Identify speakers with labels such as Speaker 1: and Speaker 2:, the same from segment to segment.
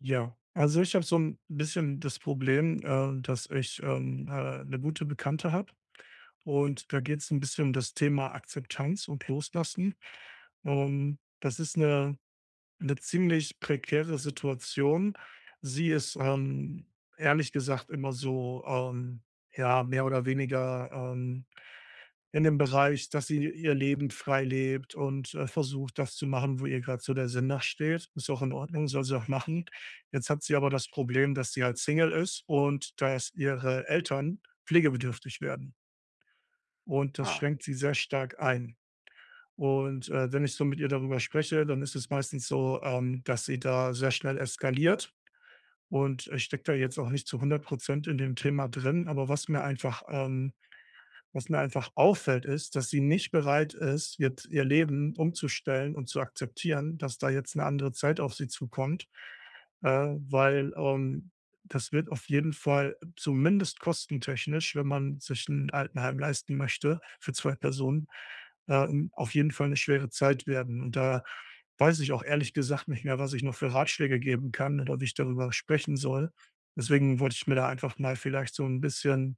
Speaker 1: Ja, also ich habe so ein bisschen das Problem, dass ich, 'ne gute Bekannte habe und da geht es ein bisschen um das Thema Akzeptanz und Loslassen. Das ist eine ziemlich prekäre Situation. Sie ist, ehrlich gesagt immer so, ja, mehr oder weniger, in dem Bereich, dass sie ihr Leben frei lebt und, versucht, das zu machen, wo ihr gerade so der Sinn nachsteht. Ist auch in Ordnung, soll sie auch machen. Jetzt hat sie aber das Problem, dass sie halt Single ist und dass ihre Eltern pflegebedürftig werden. Und das
Speaker 2: Ah.
Speaker 1: schränkt sie sehr stark ein. Und wenn ich so mit ihr darüber spreche, dann ist es meistens so, dass sie da sehr schnell eskaliert und ich stecke da jetzt auch nicht zu 100 in dem Thema drin, aber was mir einfach auffällt, ist, dass sie nicht bereit ist, jetzt ihr Leben umzustellen und zu akzeptieren, dass da jetzt eine andere Zeit auf sie zukommt, weil das wird auf jeden Fall zumindest kostentechnisch, wenn man sich ein Altenheim leisten möchte für 2 Personen, auf jeden Fall eine schwere Zeit werden. Und da weiß ich auch ehrlich gesagt nicht mehr, was ich noch für Ratschläge geben kann oder wie ich darüber sprechen soll. Deswegen wollte ich mir da einfach mal vielleicht so ein bisschen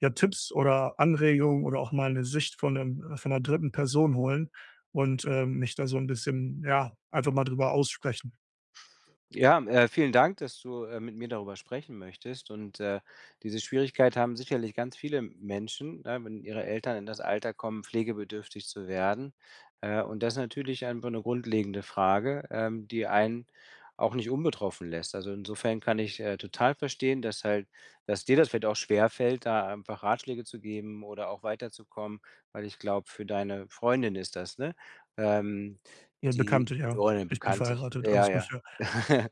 Speaker 1: ja, Tipps oder Anregungen oder auch mal eine Sicht von 'ner dritten Person holen und, mich da so ein bisschen, ja, einfach mal drüber aussprechen.
Speaker 2: Ja, vielen Dank, dass du, mit mir darüber sprechen möchtest, und, diese Schwierigkeit haben sicherlich ganz viele Menschen, ne, wenn ihre Eltern in das Alter kommen, pflegebedürftig zu werden. Und das ist natürlich einfach 'ne grundlegende Frage, die einen auch nicht unbetroffen lässt. Also, insofern kann ich, total verstehen, dass dir das vielleicht auch schwer fällt, da einfach Ratschläge zu geben oder auch weiterzukommen, weil ich glaube, für deine Freundin ist das, ne? Ähm,
Speaker 1: Ja,
Speaker 2: die
Speaker 1: Bekannte, ja.
Speaker 2: oder eine
Speaker 1: Ich bin
Speaker 2: Bekannte.
Speaker 1: verheiratet,
Speaker 2: Ja,
Speaker 1: alles gut,
Speaker 2: ja.
Speaker 1: ja.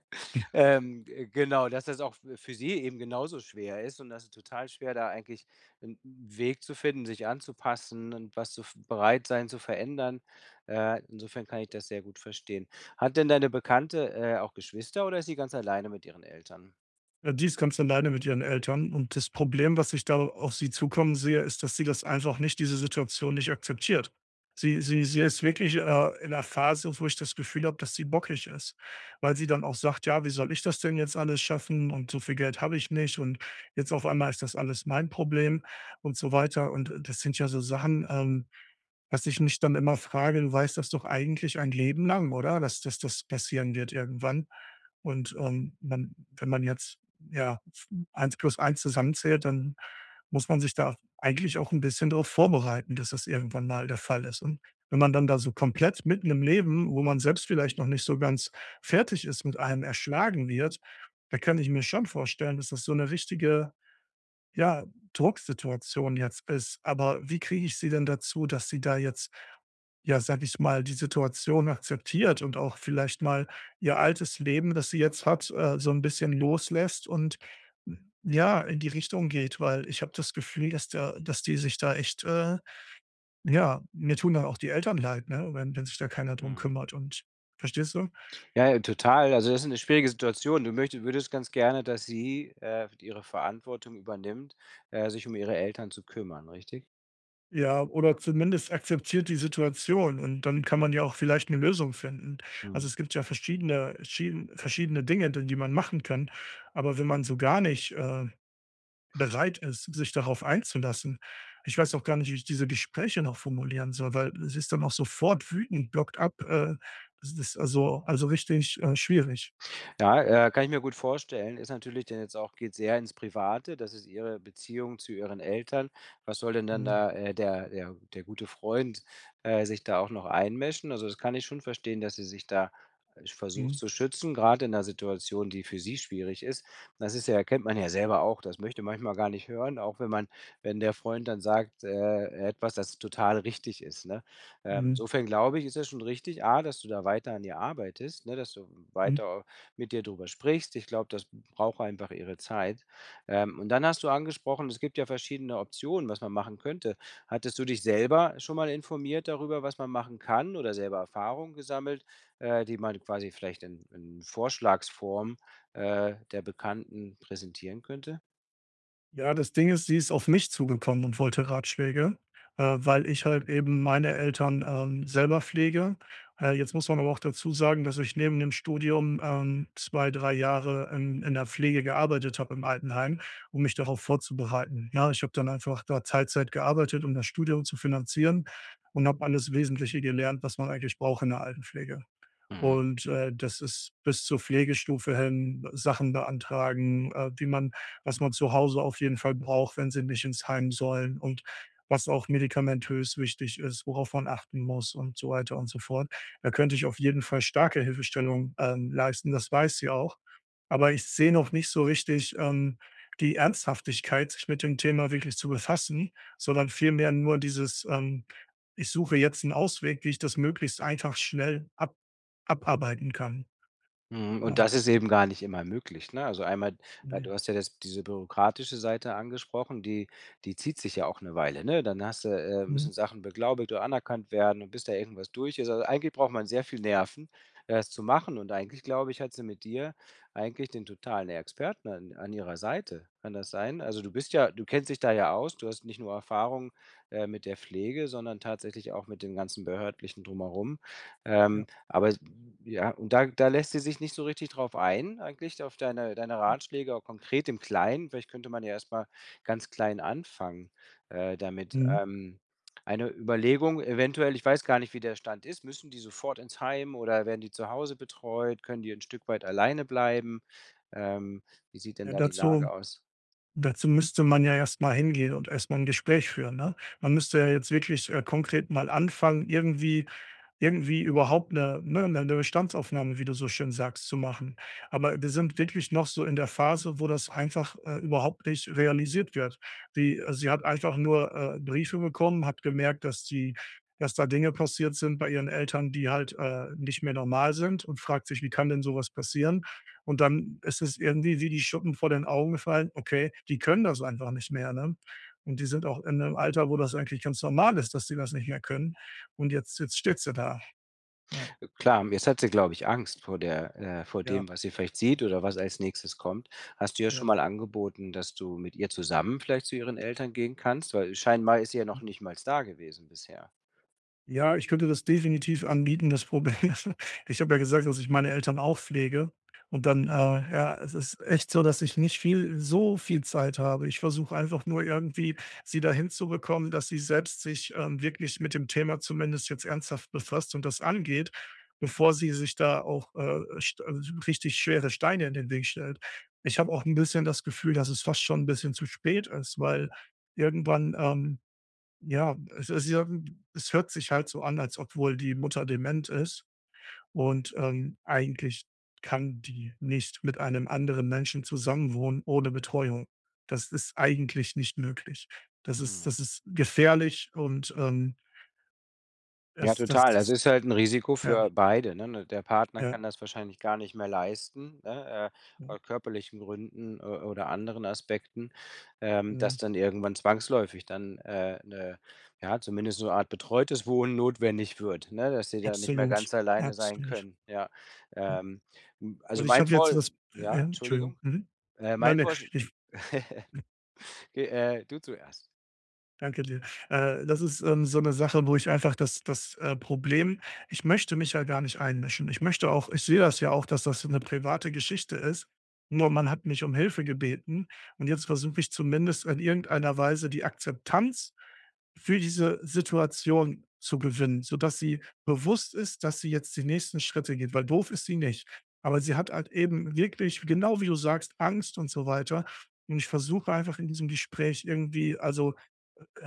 Speaker 2: G genau, dass das auch f für sie eben genauso schwer ist und dass es total schwer, da eigentlich einen Weg zu finden, sich anzupassen und was zu f bereit sein zu verändern. Insofern kann ich das sehr gut verstehen. Hat denn deine Bekannte, auch Geschwister oder ist sie ganz alleine mit ihren Eltern?
Speaker 1: Ja, die ist ganz alleine mit ihren Eltern und das Problem, was ich da auf sie zukommen sehe, ist, dass sie das einfach nicht diese Situation nicht akzeptiert. Sie ist wirklich, in einer Phase, wo ich das Gefühl habe, dass sie bockig ist, weil sie dann auch sagt: „Ja, wie soll ich das denn jetzt alles schaffen und so viel Geld habe ich nicht und jetzt auf einmal ist das alles mein Problem" und so weiter. Und das sind ja so Sachen, was ich mich dann immer frage: „Du weißt das doch eigentlich ein Leben lang, oder, dass das passieren wird irgendwann?" Und, man wenn man jetzt, ja, eins plus eins zusammenzählt, dann muss man sich da eigentlich auch ein bisschen darauf vorbereiten, dass das irgendwann mal der Fall ist. Und wenn man dann da so komplett mitten im Leben, wo man selbst vielleicht noch nicht so ganz fertig ist, mit allem erschlagen wird, da kann ich mir schon vorstellen, dass das so eine richtige, ja, Drucksituation jetzt ist. Aber wie kriege ich sie denn dazu, dass sie da jetzt ja, sage ich mal, die Situation akzeptiert und auch vielleicht mal ihr altes Leben, das sie jetzt hat, so ein bisschen loslässt und, ja, in die Richtung geht, weil ich habe das Gefühl, dass die sich da echt, ja, mir tun dann auch die Eltern leid, ne, wenn sich da keiner drum
Speaker 2: Mhm.
Speaker 1: kümmert und verstehst du?
Speaker 2: Ja, ja, total. Also, das ist eine schwierige Situation. Du möchtest, würdest ganz gerne, dass sie, ihre Verantwortung übernimmt, sich um ihre Eltern zu kümmern, richtig?
Speaker 1: Ja, oder zumindest akzeptiert die Situation und dann kann man ja auch vielleicht eine Lösung finden. Also,
Speaker 2: Mhm.
Speaker 1: es gibt ja verschiedene Dinge, d die man machen kann, aber wenn man so gar nicht, bereit ist, sich darauf einzulassen. Ich weiß auch gar nicht, wie ich diese Gespräche noch formulieren soll, weil es ist dann auch sofort wütend, blockt ab, das ist also richtig, schwierig.
Speaker 2: Ja, kann ich mir gut vorstellen. Ist natürlich denn jetzt auch, geht sehr ins Private. Das ist Ihre Beziehung zu Ihren Eltern. Was soll denn dann
Speaker 1: Mhm,
Speaker 2: da, der gute Freund, sich da auch noch einmischen? Also, das kann ich schon verstehen, dass sie sich da, versucht
Speaker 1: mhm,
Speaker 2: zu schützen, gerade in 'ner Situation, die für sie schwierig ist. Das ist ja, kennt man ja selber auch. Das möchte manchmal gar nicht hören, auch wenn man, wenn der Freund dann sagt, etwas, das total richtig ist, ne?
Speaker 1: mhm,
Speaker 2: Insofern glaube ich, ist es schon richtig, A, dass du da weiter an dir arbeitest, ne, dass du
Speaker 1: mhm.
Speaker 2: weiter mit dir drüber sprichst. Ich glaube, das braucht einfach ihre Zeit. Und dann hast du angesprochen, es gibt ja verschiedene Optionen, was man machen könnte. Hattest du dich selber schon mal informiert darüber, was man machen kann oder selber Erfahrungen gesammelt, die man quasi vielleicht in Vorschlagsform, der Bekannten präsentieren könnte?
Speaker 1: Ja, das Ding ist, sie ist auf mich zugekommen und wollte Ratschläge, weil ich halt eben meine Eltern, selber pflege. Jetzt muss man aber auch dazu sagen, dass ich neben dem Studium, 2, 3 Jahre in der Pflege gearbeitet habe im Altenheim, um mich darauf vorzubereiten. Ja, ich habe dann einfach da Teilzeit gearbeitet, um das Studium zu finanzieren und habe alles Wesentliche gelernt, was man eigentlich braucht in der Altenpflege.
Speaker 2: Mhm.
Speaker 1: Und das ist bis zur Pflegestufe hin Sachen beantragen, die man was man zu Hause auf jeden Fall braucht, wenn sie nicht ins Heim sollen, und was auch medikamentös wichtig ist, worauf man achten muss und so weiter und so fort. Da könnte ich auf jeden Fall starke Hilfestellung, leisten, das weiß sie auch. Aber ich sehe noch nicht so richtig, die Ernsthaftigkeit, sich mit dem Thema wirklich zu befassen, sondern vielmehr nur dieses: „Ich suche jetzt einen Ausweg, wie ich das möglichst einfach schnell ab" Abarbeiten kann.
Speaker 2: Mhm, und
Speaker 1: Ja,
Speaker 2: das ist eben gar nicht immer möglich, ne? Also einmal, du
Speaker 1: ne,
Speaker 2: hast ja das, diese bürokratische Seite angesprochen, die zieht sich ja auch eine Weile, ne? Dann hast du,
Speaker 1: mhm,
Speaker 2: müssen Sachen beglaubigt oder anerkannt werden und bis da irgendwas durch ist. Also, eigentlich braucht man sehr viel Nerven, das zu machen, und eigentlich, glaube ich, hat sie mit dir eigentlich den totalen Experten an ihrer Seite. Kann das sein? Also, du bist ja, du kennst dich da ja aus. Du hast nicht nur Erfahrung, mit der Pflege, sondern tatsächlich auch mit dem ganzen Behördlichen Drumherum. Ähm
Speaker 1: ja,
Speaker 2: aber s ja, und da lässt sie sich nicht so richtig drauf ein eigentlich, auf deine Ratschläge, auch konkret im Kleinen. Vielleicht könnte man ja erst mal ganz klein anfangen, damit.
Speaker 1: mhm.
Speaker 2: Eine Überlegung eventuell, ich weiß gar nicht, wie der Stand ist, müssen die sofort ins Heim oder werden die zu Hause betreut? Können die ein Stück weit alleine bleiben? Ähm, wie sieht denn
Speaker 1: Ja,
Speaker 2: da die Lage
Speaker 1: dazu
Speaker 2: aus?
Speaker 1: dazu müsste man ja erst mal hingehen und erst mal 'n Gespräch führen, ne? Man müsste ja jetzt wirklich, konkret mal anfangen, irgendwie überhaupt eine ne, 'ne 'ne Bestandsaufnahme, wie du so schön sagst, zu machen. Aber wir sind wirklich noch so in der Phase, wo das einfach, überhaupt nicht realisiert wird. Die sie hat einfach nur, Briefe bekommen, hat gemerkt, dass da Dinge passiert sind bei ihren Eltern, die halt, nicht mehr normal sind, und fragt sich: „Wie kann denn sowas passieren?" Und dann ist es irgendwie wie die Schuppen vor den Augen gefallen: „Okay, die können das einfach nicht mehr", ne? Und die sind auch in einem Alter, wo das eigentlich ganz normal ist, dass sie das nicht mehr können. Und jetzt steht sie da. Ja,
Speaker 2: Klar, jetzt hat sie, glaube ich, Angst vor der, vor
Speaker 1: ja,
Speaker 2: dem, was sie vielleicht sieht oder was als Nächstes kommt. Hast du ja schon
Speaker 1: ja.
Speaker 2: mal angeboten, dass du mit ihr zusammen vielleicht zu ihren Eltern gehen kannst? Weil scheinbar ist sie ja noch
Speaker 1: Hm.
Speaker 2: nicht mal da gewesen bisher.
Speaker 1: Ja, ich könnte das definitiv anbieten. Das Problem ist, ich habe ja gesagt, dass ich meine Eltern auch pflege, und dann, ja, es ist echt so, dass ich nicht viel so viel Zeit habe. Ich versuche einfach nur irgendwie, sie dahin zu bekommen, dass sie selbst sich, wirklich mit dem Thema zumindest jetzt ernsthaft befasst und das angeht, bevor sie sich da auch, st also richtig schwere Steine in den Weg stellt. Ich habe auch ein bisschen das Gefühl, dass es fast schon ein bisschen zu spät ist, weil irgendwann, ja, es ist ja es hört sich halt so an, als ob wohl die Mutter dement ist, und, eigentlich kann die nicht mit einem anderen Menschen zusammenwohnen ohne Betreuung. Das ist eigentlich nicht möglich. Das ist
Speaker 2: Mhm.
Speaker 1: das ist gefährlich und,
Speaker 2: Ja,
Speaker 1: das das
Speaker 2: total. Also,
Speaker 1: das
Speaker 2: ist halt ein Risiko
Speaker 1: ja,
Speaker 2: für beide, ne? Ne, der Partner
Speaker 1: ja,
Speaker 2: kann das wahrscheinlich gar nicht mehr leisten, ne,
Speaker 1: ja,
Speaker 2: aus körperlichen Gründen, oder anderen Aspekten, dass
Speaker 1: genau.
Speaker 2: dann irgendwann zwangsläufig dann, 'ne ja, zumindest so eine Art betreutes Wohnen notwendig wird, ne, dass sie da nicht mehr
Speaker 1: Absolut,
Speaker 2: ganz alleine sein
Speaker 1: absolut,
Speaker 2: können, ja.
Speaker 1: ja.
Speaker 2: Ähm, hm, also,
Speaker 1: Und ich
Speaker 2: mein
Speaker 1: habe jetzt
Speaker 2: Vor
Speaker 1: das ja,
Speaker 2: ja, Entschuldigung?
Speaker 1: Entschuldigung. Mhm. Nein,
Speaker 2: Mein
Speaker 1: ne,
Speaker 2: Vorsch du zuerst.
Speaker 1: Danke dir. Das ist, so eine Sache, wo ich einfach das das, Problem ich möchte mich ja gar nicht einmischen. Ich sehe das ja auch, dass das eine private Geschichte ist, nur man hat mich um Hilfe gebeten, und jetzt versuche ich zumindest in irgendeiner Weise die Akzeptanz für diese Situation zu gewinnen, sodass sie bewusst ist, dass sie jetzt die nächsten Schritte geht, weil doof ist sie nicht. Aber sie hat halt eben wirklich, genau wie du sagst, Angst und so weiter, und ich versuche einfach in diesem Gespräch irgendwie, also,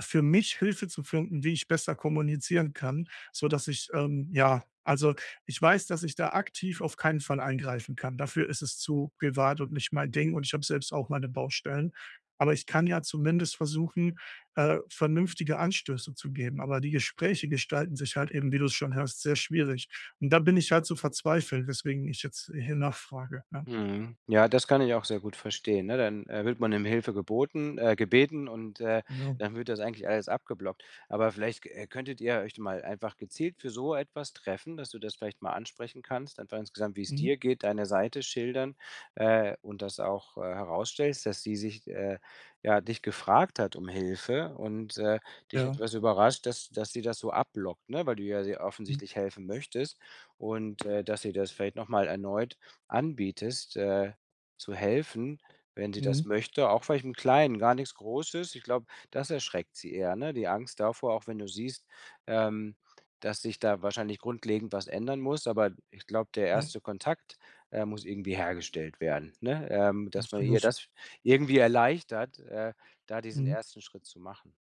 Speaker 1: für mich Hilfe zu finden, wie ich besser kommunizieren kann, so dass ich, ja, also, ich weiß, dass ich da aktiv auf keinen Fall eingreifen kann. Dafür ist es zu privat und nicht mein Ding, und ich habe selbst auch meine Baustellen. Aber ich kann ja zumindest versuchen, vernünftige Anstöße zu geben. Aber die Gespräche gestalten sich halt eben, wie du es schon hörst, sehr schwierig. Und da bin ich halt so verzweifelt, weswegen ich jetzt hier nachfrage, ja,
Speaker 2: Mhm. Ja, das kann ich auch sehr gut verstehen, ne? Dann, wird man um Hilfe geboten, gebeten und,
Speaker 1: genau.
Speaker 2: dann wird das eigentlich alles abgeblockt. Aber vielleicht, könntet ihr euch mal einfach gezielt für so etwas treffen, dass du das vielleicht mal ansprechen kannst, einfach insgesamt, wie es
Speaker 1: Mhm.
Speaker 2: dir geht, deine Seite schildern, und das auch, herausstellst, dass sie sich, ja, dich gefragt hat um Hilfe und, dich
Speaker 1: Ja.
Speaker 2: etwas überrascht, dass sie das so abblockt, ne, weil du ja sie
Speaker 1: Mhm.
Speaker 2: offensichtlich helfen möchtest, und, dass sie das vielleicht noch mal erneut anbietest, zu helfen, wenn sie das
Speaker 1: Mhm.
Speaker 2: möchte, auch vielleicht im Kleinen, gar nichts Großes. Ich glaube, das erschreckt sie eher, ne? Die Angst davor, auch wenn du siehst, ähm, dass sich da wahrscheinlich grundlegend was ändern muss. Aber ich glaube, der
Speaker 1: Ja,
Speaker 2: erste Kontakt, muss irgendwie hergestellt werden, ne? Dass man ihr
Speaker 1: absolut.
Speaker 2: das irgendwie erleichtert, da diesen
Speaker 1: Mhm.
Speaker 2: ersten Schritt zu machen.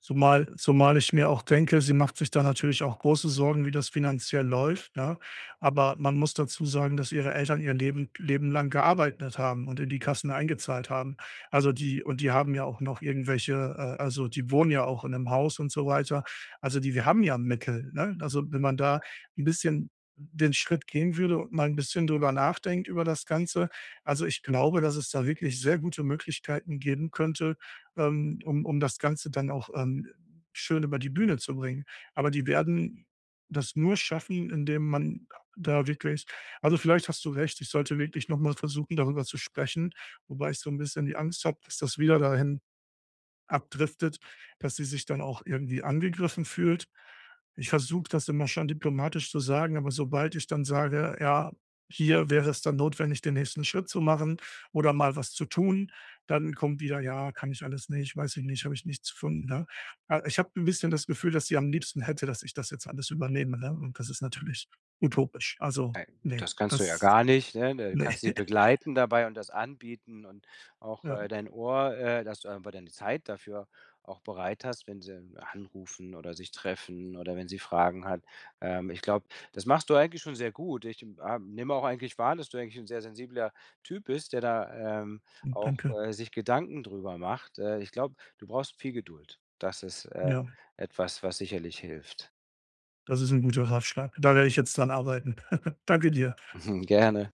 Speaker 1: Zumal ich mir auch denke, sie macht sich da natürlich auch große Sorgen, wie das finanziell läuft, ne? Aber man muss dazu sagen, dass ihre Eltern ihr Leben lang gearbeitet haben und in die Kassen eingezahlt haben. Also, die und die haben ja auch noch irgendwelche, also, die wohnen ja auch in einem Haus und so weiter. Also, die wir haben ja Mittel, ne? Also, wenn man da ein bisschen den Schritt gehen würde und mal ein bisschen drüber nachdenkt über das Ganze. Also, ich glaube, dass es da wirklich sehr gute Möglichkeiten geben könnte, um das Ganze dann auch, schön über die Bühne zu bringen. Aber die werden das nur schaffen, indem man da wirklich, also, vielleicht hast du recht, ich sollte wirklich noch mal versuchen, darüber zu sprechen, wobei ich so ein bisschen die Angst habe, dass das wieder dahin abdriftet, dass sie sich dann auch irgendwie angegriffen fühlt. Ich versuche das immer schon diplomatisch zu sagen, aber sobald ich dann sage: „Ja, hier wäre es dann notwendig, den nächsten Schritt zu machen oder mal was zu tun", dann kommt wieder: „Ja, kann ich alles nicht, weiß ich nicht, habe ich nichts von", ne? Ich habe ein bisschen das Gefühl, dass sie am liebsten hätte, dass ich das jetzt alles übernehme, ne? Und das ist natürlich utopisch. Also, nee,
Speaker 2: Das kannst du ja
Speaker 1: das
Speaker 2: gar nicht, ne? Du
Speaker 1: nee,
Speaker 2: kannst sie begleiten dabei und das anbieten und auch,
Speaker 1: ja,
Speaker 2: dein Ohr, dass du einfach deine Zeit dafür auch bereit hast, wenn sie anrufen oder sich treffen oder wenn sie Fragen hat. Ich glaube, das machst du eigentlich schon sehr gut. Ich, nehme auch eigentlich wahr, dass du eigentlich ein sehr sensibler Typ bist, der da, auch,
Speaker 1: danke.
Speaker 2: sich Gedanken drüber macht. Ich glaube, du brauchst viel Geduld. Das ist,
Speaker 1: Ja,
Speaker 2: etwas, was sicherlich hilft.
Speaker 1: das ist ein guter Ratschlag. Da werde ich jetzt dran arbeiten. Danke dir.
Speaker 2: Gerne.